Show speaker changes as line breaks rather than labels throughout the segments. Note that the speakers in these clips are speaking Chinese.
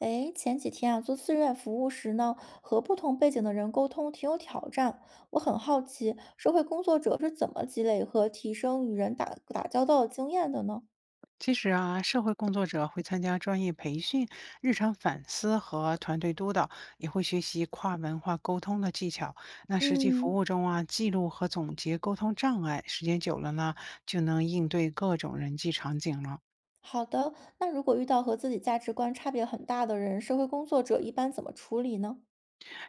诶，前几天啊，做志愿服务时呢，和不同背景的人沟通挺有挑战。我很好奇，社会工作者是怎么积累和提升与人打交道的经验的呢？
其实啊，社会工作者会参加专业培训、日常反思和团队督导，也会学习跨文化沟通的技巧。那实际服
嗯，
务中啊，记录和总结沟通障碍，时间久了呢，就能应对各种人际场景了。
好的。那如果遇到和自己价值观差别很大的人，社会工作者一般怎么处理呢？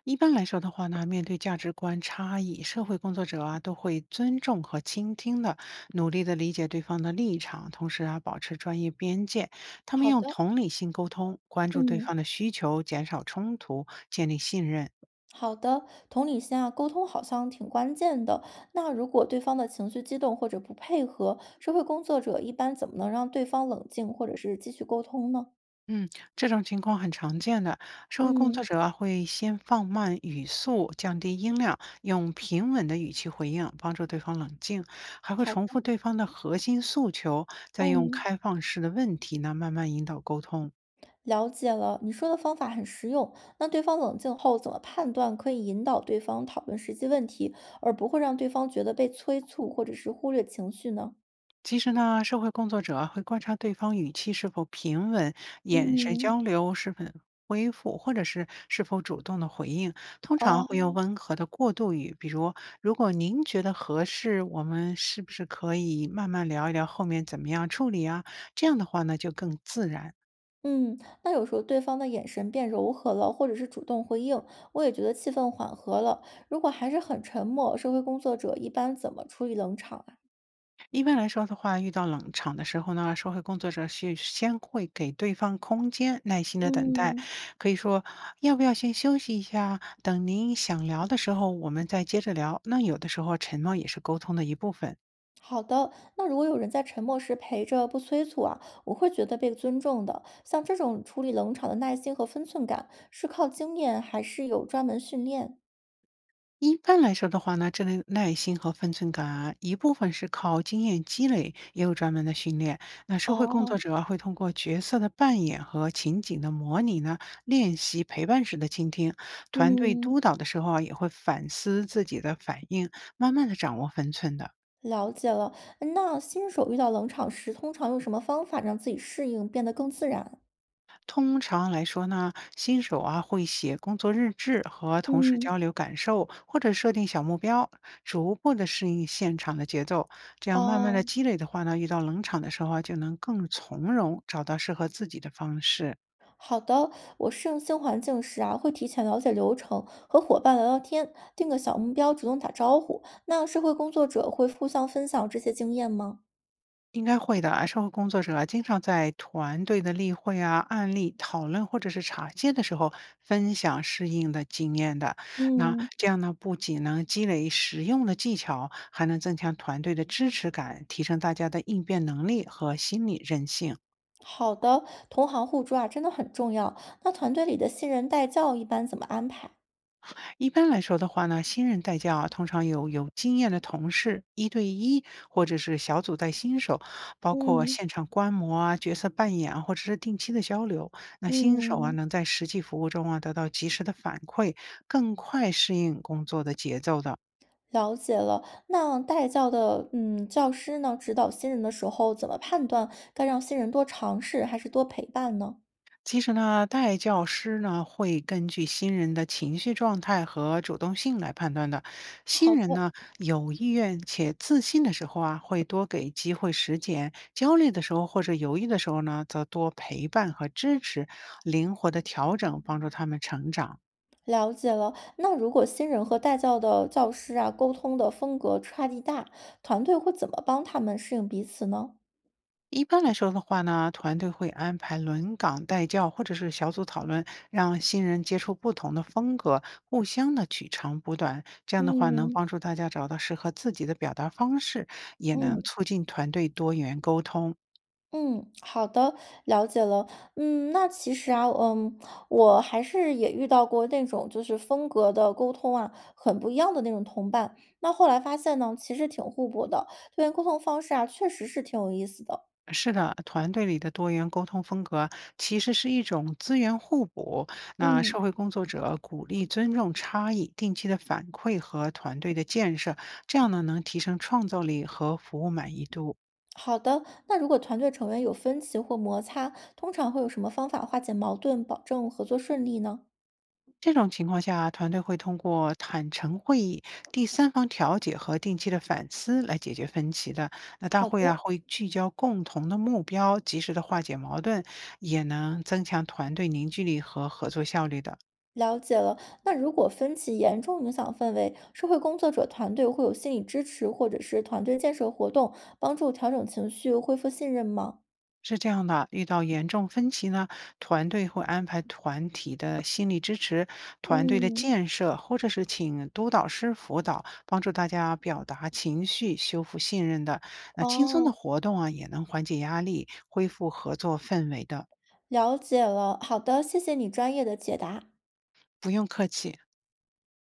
一般来说的话呢，面对价值观差异，社会工作者啊都会尊重和倾听的，努力的理解对方的立场，同时啊保持专业边界。他们
好
用
的，
同理心沟通，关注对方
嗯，
的需求，减少冲突，建立信任。
好的。同理心啊，沟通好像挺关键的。那如果对方的情绪激动或者不配合，社会工作者一般怎么能让对方冷静，或者是继续沟通呢？
嗯，这种情况很常见的。社会工作
嗯，
者啊，会先放慢语速，降低音量，用平稳的语气回应，帮助对方冷静，还会
好
重
的，
复对方的核心诉求，再用
嗯，
开放式的问题呢，慢慢引导沟通。
了解了。你说的方法很实用。那对方冷静后怎么判断可以引导对方讨论实际问题，而不会让对方觉得被催促或者是忽略情绪呢？
其实呢，社会工作者啊会观察对方语气是否平稳，眼神交
嗯，
流是否恢复，或者是是否主动的回应。通常会
哦，
用温和的过渡语，比如“如果您觉得合适，我们是不是可以慢慢聊一聊后面怎么样处理啊？”这样的话呢，就更自然。
嗯，那有时候对方的眼神变柔和了，或者是主动回应，我也觉得气氛缓和了。如果还是很沉默，社会工作者一般怎么处理冷场啊？
一般来说的话，遇到冷场的时候呢，社会工作者是先会给对方空间，耐心的等待，
嗯。
可以说要不要先休息一下，等您想聊的时候，我们再接着聊。那有的时候沉默也是沟通的一部分。
好的，那如果有人在沉默时陪着不催促啊，我会觉得被尊重的。像这种处理冷场的耐心和分寸感，是靠经验还是有专门训练？
一般来说的话呢，这类耐心和分寸感啊，一部分是靠经验积累，也有专门的训练。那社会工作
哦，
者啊会通过角色的扮演和情景的模拟呢，练习陪伴式的倾听。团队督
嗯，
导的时候啊，也会反思自己的反应，慢慢的掌握分寸的。
了解了。那新手遇到冷场时，通常用什么方法让自己适应，变得更自然？
通常来说呢，新手啊会写工作日志和同事
嗯，
交流感受，或者设定小目标，逐步的适应现场的节奏。这样慢慢的
哦，
积累的话呢，遇到冷场的时候啊，就能更从容找到适合自己的方式。
好的。我适应新环境时啊，会提前了解流程，和伙伴聊聊天，定个小目标，主动打招呼。那社会工作者会互相分享这些经验吗？
应该会的啊，社会工作者啊，经常在团队的例会啊、案例讨论或者是茶歇的时候分享适应的经验的。那
嗯，
这样呢，不仅能积累实用的技巧，还能增强团队的支持感，提升大家的应变能力和心理韧性。
好的，同行互助啊，真的很重要。那团队里的新人带教一般怎么安排？
一般来说的话呢，新人带教啊，通常有经验的同事一对一，或者是小组带新手，包括
嗯
现场观摩啊、角色扮演啊，或者是定期的交流。那新手啊，
嗯，
能在实际服务中啊得到及时的反馈，更快适应工作的节奏的。
了解了。那带教的教师呢，指导新人的时候，怎么判断该让新人多尝试还是多陪伴呢？
其实呢，带教师呢会根据新人的情绪状态和主动性来判断的。新
好的，
人呢有意愿且自信的时候啊，会多给机会实践；焦虑的时候或者犹豫的时候呢，则多陪伴和支持，灵活的调整，帮助他们成长。
了解了。那如果新人和带教的教师啊，沟通的风格差异大，团队会怎么帮他们适应彼此呢？
一般来说的话呢，团队会安排轮岗带教或者是小组讨论，让新人接触不同的风格，互相的取长补短。这样的话，能
嗯
帮助大家找到适合自己的表达方式，也能
嗯。
促进团队多元沟通。
嗯，好的，了解了。嗯，那其实啊，我还是也遇到过那种就是风格的沟通啊，很不一样的那种同伴。那后来发现呢，其实挺互补的，对沟通方式啊，确实是挺有意思的。
是的，团队里的多元沟通风格其实是一种资源互补。那社
嗯，
会工作者鼓励尊重差异，定期的反馈和团队的建设，这样呢能提升创造力和服务满意度。
好的。那如果团队成员有分歧或摩擦，通常会有什么方法化解矛盾，保证合作顺利呢？
这种情况下，团队会通过坦诚会议、第三方调解和定期的反思来解决分歧的。那大
好
会啊，
的，
会聚焦共同的目标，及时的化解矛盾，也能增强团队凝聚力和合作效率的。
了解了。那如果分歧严重影响氛围，社会工作者团队会有心理支持或者是团队建设活动，帮助调整情绪、恢复信任吗？
是这样的，遇到严重分歧呢，团队会安排团体的心理支持、团队的
嗯，
建设，或者是请督导师辅导，帮助大家表达情绪、修复信任的。那轻松的
哦，
活动啊，也能缓解压力，恢复合作氛围的。
了解了。好的，谢谢你专业的解答。
不用客气。